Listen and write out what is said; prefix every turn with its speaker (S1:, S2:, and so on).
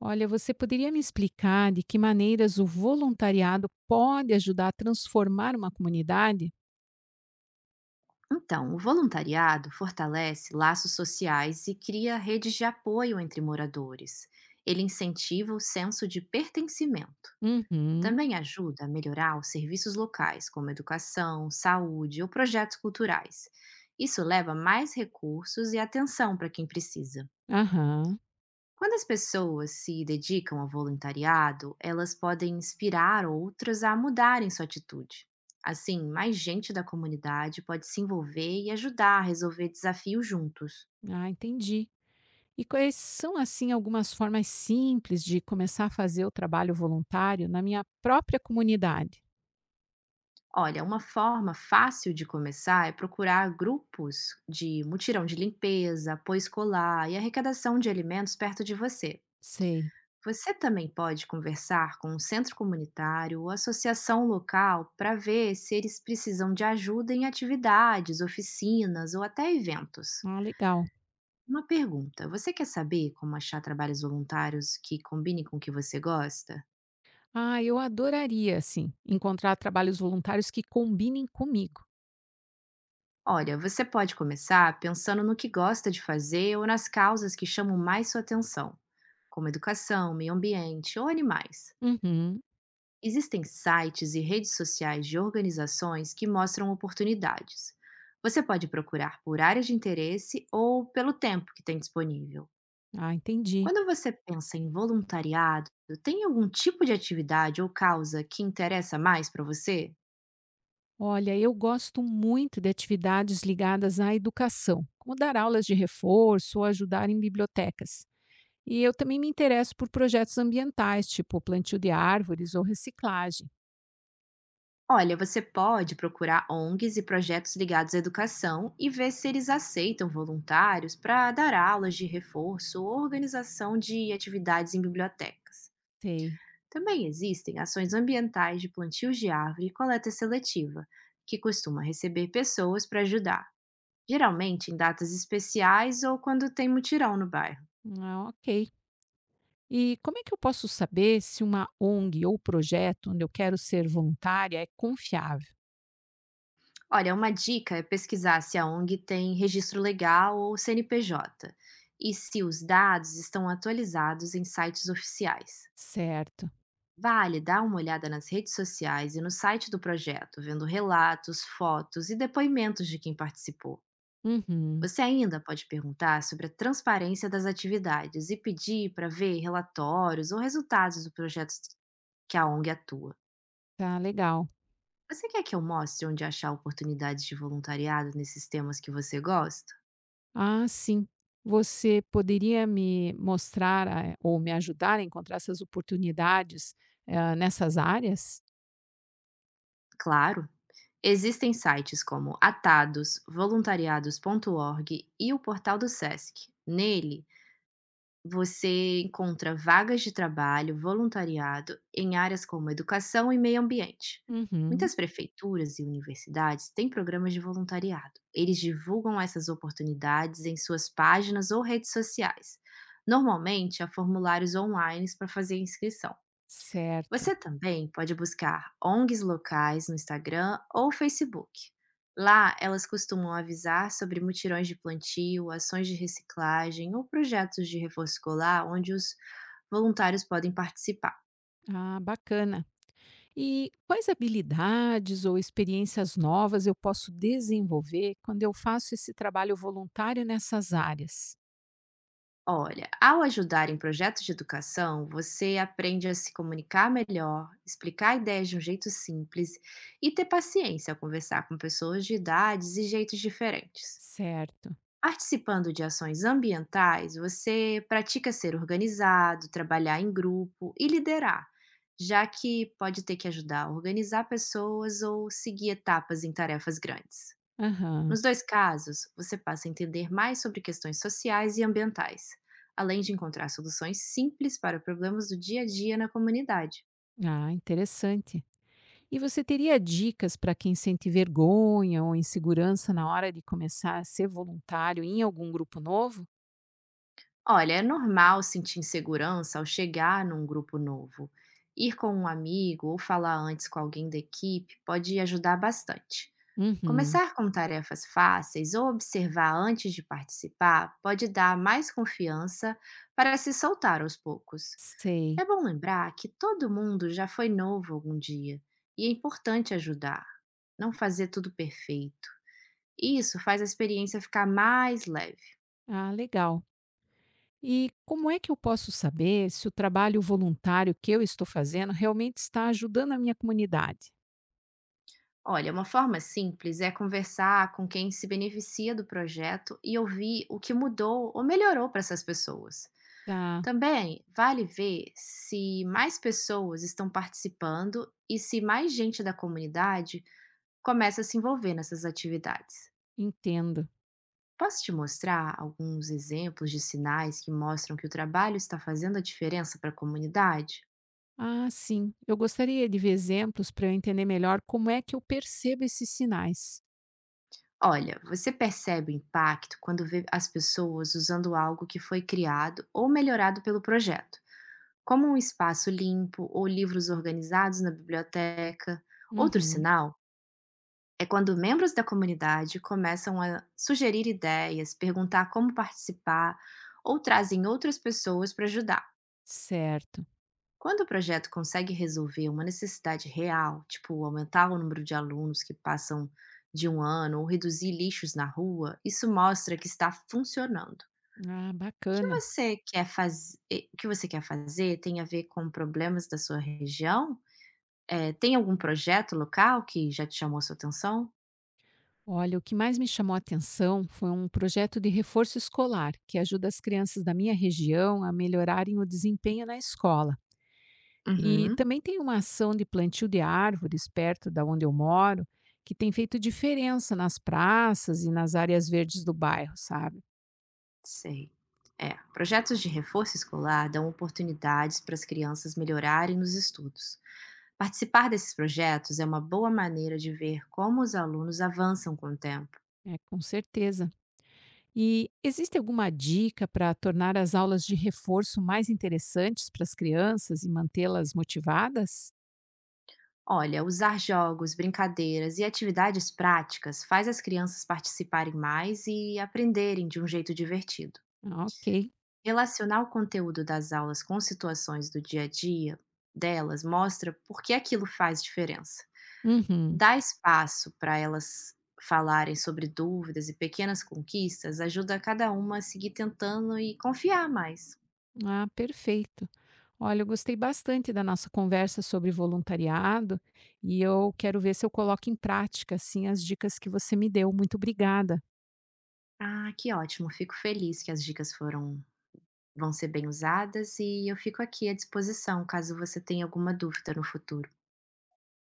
S1: Olha, você poderia me explicar de que maneiras o voluntariado pode ajudar a transformar uma comunidade?
S2: Então, o voluntariado fortalece laços sociais e cria redes de apoio entre moradores. Ele incentiva o senso de pertencimento.
S1: Uhum,
S2: Também ajuda a melhorar os serviços locais, como educação, saúde ou projetos culturais. Isso leva mais recursos e atenção para quem precisa.
S1: aham,
S2: Quando as pessoas se dedicam ao voluntariado, elas podem inspirar outras a mudarem sua atitude. Assim, mais gente da comunidade pode se envolver e ajudar a resolver desafios juntos.
S1: ah, entendi. E quais são, assim, algumas formas simples de começar a fazer o trabalho voluntário na minha própria comunidade?
S2: Olha, uma forma fácil de começar é procurar grupos de mutirão de limpeza, apoio escolar e arrecadação de alimentos perto de você.
S1: Sei.
S2: Você também pode conversar com um centro comunitário ou associação local para ver se eles precisam de ajuda em atividades, oficinas ou até eventos.
S1: Ah, legal.
S2: Uma pergunta: você quer saber como achar trabalhos voluntários que combinem com o que você gosta?
S1: Ah, eu adoraria, assim, encontrar trabalhos voluntários que combinem comigo.
S2: Olha, você pode começar pensando no que gosta de fazer ou nas causas que chamam mais sua atenção, como educação, meio ambiente ou animais.
S1: Uhum,
S2: Existem sites e redes sociais de organizações que mostram oportunidades. Você pode procurar por áreas de interesse ou pelo tempo que tem disponível.
S1: ah, entendi.
S2: Quando você pensa em voluntariado, tem algum tipo de atividade ou causa que interessa mais para você?
S1: Olha, eu gosto muito de atividades ligadas à educação, como dar aulas de reforço ou ajudar em bibliotecas. E eu também me interesso por projetos ambientais, tipo plantio de árvores ou reciclagem.
S2: Olha, você pode procurar ONGs e projetos ligados à educação e ver se eles aceitam voluntários para dar aulas de reforço ou organização de atividades em bibliotecas.
S1: Sei.
S2: Também existem ações ambientais de plantios de árvore e coleta seletiva, que costuma receber pessoas para ajudar, geralmente em datas especiais ou quando tem mutirão no bairro.
S1: Ah, ok. E como é que eu posso saber se uma ONG ou projeto onde eu quero ser voluntária é confiável?
S2: Olha, uma dica é pesquisar se a ONG tem registro legal ou CNPJ e se os dados estão atualizados em sites oficiais.
S1: Certo.
S2: Vale dar uma olhada nas redes sociais e no site do projeto, vendo relatos, fotos e depoimentos de quem participou.
S1: Uhum,
S2: Você ainda pode perguntar sobre a transparência das atividades e pedir para ver relatórios ou resultados do projeto que a ONG atua.
S1: tá legal.
S2: Você quer que eu mostre onde achar oportunidades de voluntariado nesses temas que você gosta?
S1: Ah, sim. Você poderia me mostrar ou me ajudar a encontrar essas oportunidades, nessas áreas?
S2: Claro! Existem sites como Atados, voluntariados.org e o portal do SESC. Nele, você encontra vagas de trabalho, voluntariado em áreas como educação e meio ambiente.
S1: Uhum.
S2: Muitas prefeituras e universidades têm programas de voluntariado. Eles divulgam essas oportunidades em suas páginas ou redes sociais. Normalmente, há formulários online para fazer inscrição.
S1: Certo.
S2: Você também pode buscar ONGs locais no Instagram ou Facebook. Lá, elas costumam avisar sobre mutirões de plantio, ações de reciclagem ou projetos de reforço escolar onde os voluntários podem participar.
S1: Ah, bacana. E quais habilidades ou experiências novas eu posso desenvolver quando eu faço esse trabalho voluntário nessas áreas?
S2: Olha, ao ajudar em projetos de educação, você aprende a se comunicar melhor, explicar ideias de um jeito simples e ter paciência ao conversar com pessoas de idades e jeitos diferentes.
S1: Certo.
S2: Participando de ações ambientais, você pratica ser organizado, trabalhar em grupo e liderar, já que pode ter que ajudar a organizar pessoas ou seguir etapas em tarefas grandes.
S1: Aham.
S2: Nos dois casos, você passa a entender mais sobre questões sociais e ambientais, além de encontrar soluções simples para problemas do dia a dia na comunidade.
S1: Ah, interessante. E você teria dicas para quem sente vergonha ou insegurança na hora de começar a ser voluntário em algum grupo novo?
S2: Olha, é normal sentir insegurança ao chegar num grupo novo. Ir com um amigo ou falar antes com alguém da equipe pode ajudar bastante.
S1: Uhum.
S2: Começar com tarefas fáceis ou observar antes de participar pode dar mais confiança para se soltar aos poucos.
S1: Sei.
S2: É bom lembrar que todo mundo já foi novo algum dia e é importante ajudar, não fazer tudo perfeito. Isso faz a experiência ficar mais leve.
S1: Ah, legal. E como é que eu posso saber se o trabalho voluntário que eu estou fazendo realmente está ajudando a minha comunidade?
S2: Olha, uma forma simples é conversar com quem se beneficia do projeto e ouvir o que mudou ou melhorou para essas pessoas.
S1: Tá,
S2: Também vale ver se mais pessoas estão participando e se mais gente da comunidade começa a se envolver nessas atividades.
S1: entendo.
S2: Posso te mostrar alguns exemplos de sinais que mostram que o trabalho está fazendo a diferença para a comunidade?
S1: Ah, sim. Eu gostaria de ver exemplos para eu entender melhor como é que eu percebo esses sinais.
S2: Olha, você percebe o impacto quando vê as pessoas usando algo que foi criado ou melhorado pelo projeto, como um espaço limpo ou livros organizados na biblioteca. Outro
S1: Uhum.
S2: sinal é quando membros da comunidade começam a sugerir ideias, perguntar como participar ou trazem outras pessoas para ajudar.
S1: Certo.
S2: Quando o projeto consegue resolver uma necessidade real, tipo aumentar o número de alunos que passam de um ano ou reduzir lixos na rua, isso mostra que está funcionando. O
S1: Ah,
S2: que
S1: bacana.
S2: você quer, faz... eh, o que você quer fazer tem a ver com problemas da sua região? Tem algum projeto local que já te chamou sua atenção?
S1: Olha, o que mais me chamou a atenção foi um projeto de reforço escolar, que ajuda as crianças da minha região a melhorarem o desempenho na escola. E
S2: Uhum,
S1: também tem uma ação de plantio de árvores perto da onde eu moro, que tem feito diferença nas praças e nas áreas verdes do bairro, sabe?
S2: sei. É, projetos de reforço escolar dão oportunidades para as crianças melhorarem nos estudos. Participar desses projetos é uma boa maneira de ver como os alunos avançam com o tempo.
S1: É, com certeza. E existe alguma dica para tornar as aulas de reforço mais interessantes para as crianças e mantê-las motivadas?
S2: Olha, usar jogos, brincadeiras e atividades práticas faz as crianças participarem mais e aprenderem de um jeito divertido.
S1: Ah, ok.
S2: Relacionar o conteúdo das aulas com situações do dia a dia delas mostra por que aquilo faz diferença.
S1: Uhum.
S2: Dar espaço para elas falarem sobre dúvidas e pequenas conquistas ajuda cada uma a seguir tentando e confiar mais.
S1: Ah, perfeito. Olha, eu gostei bastante da nossa conversa sobre voluntariado e eu quero ver se eu coloco em prática assim as dicas que você me deu. Muito obrigada.
S2: Ah, que ótimo. Fico feliz que as dicas foram vão ser bem usadas e eu fico aqui à disposição caso você tenha alguma dúvida no futuro.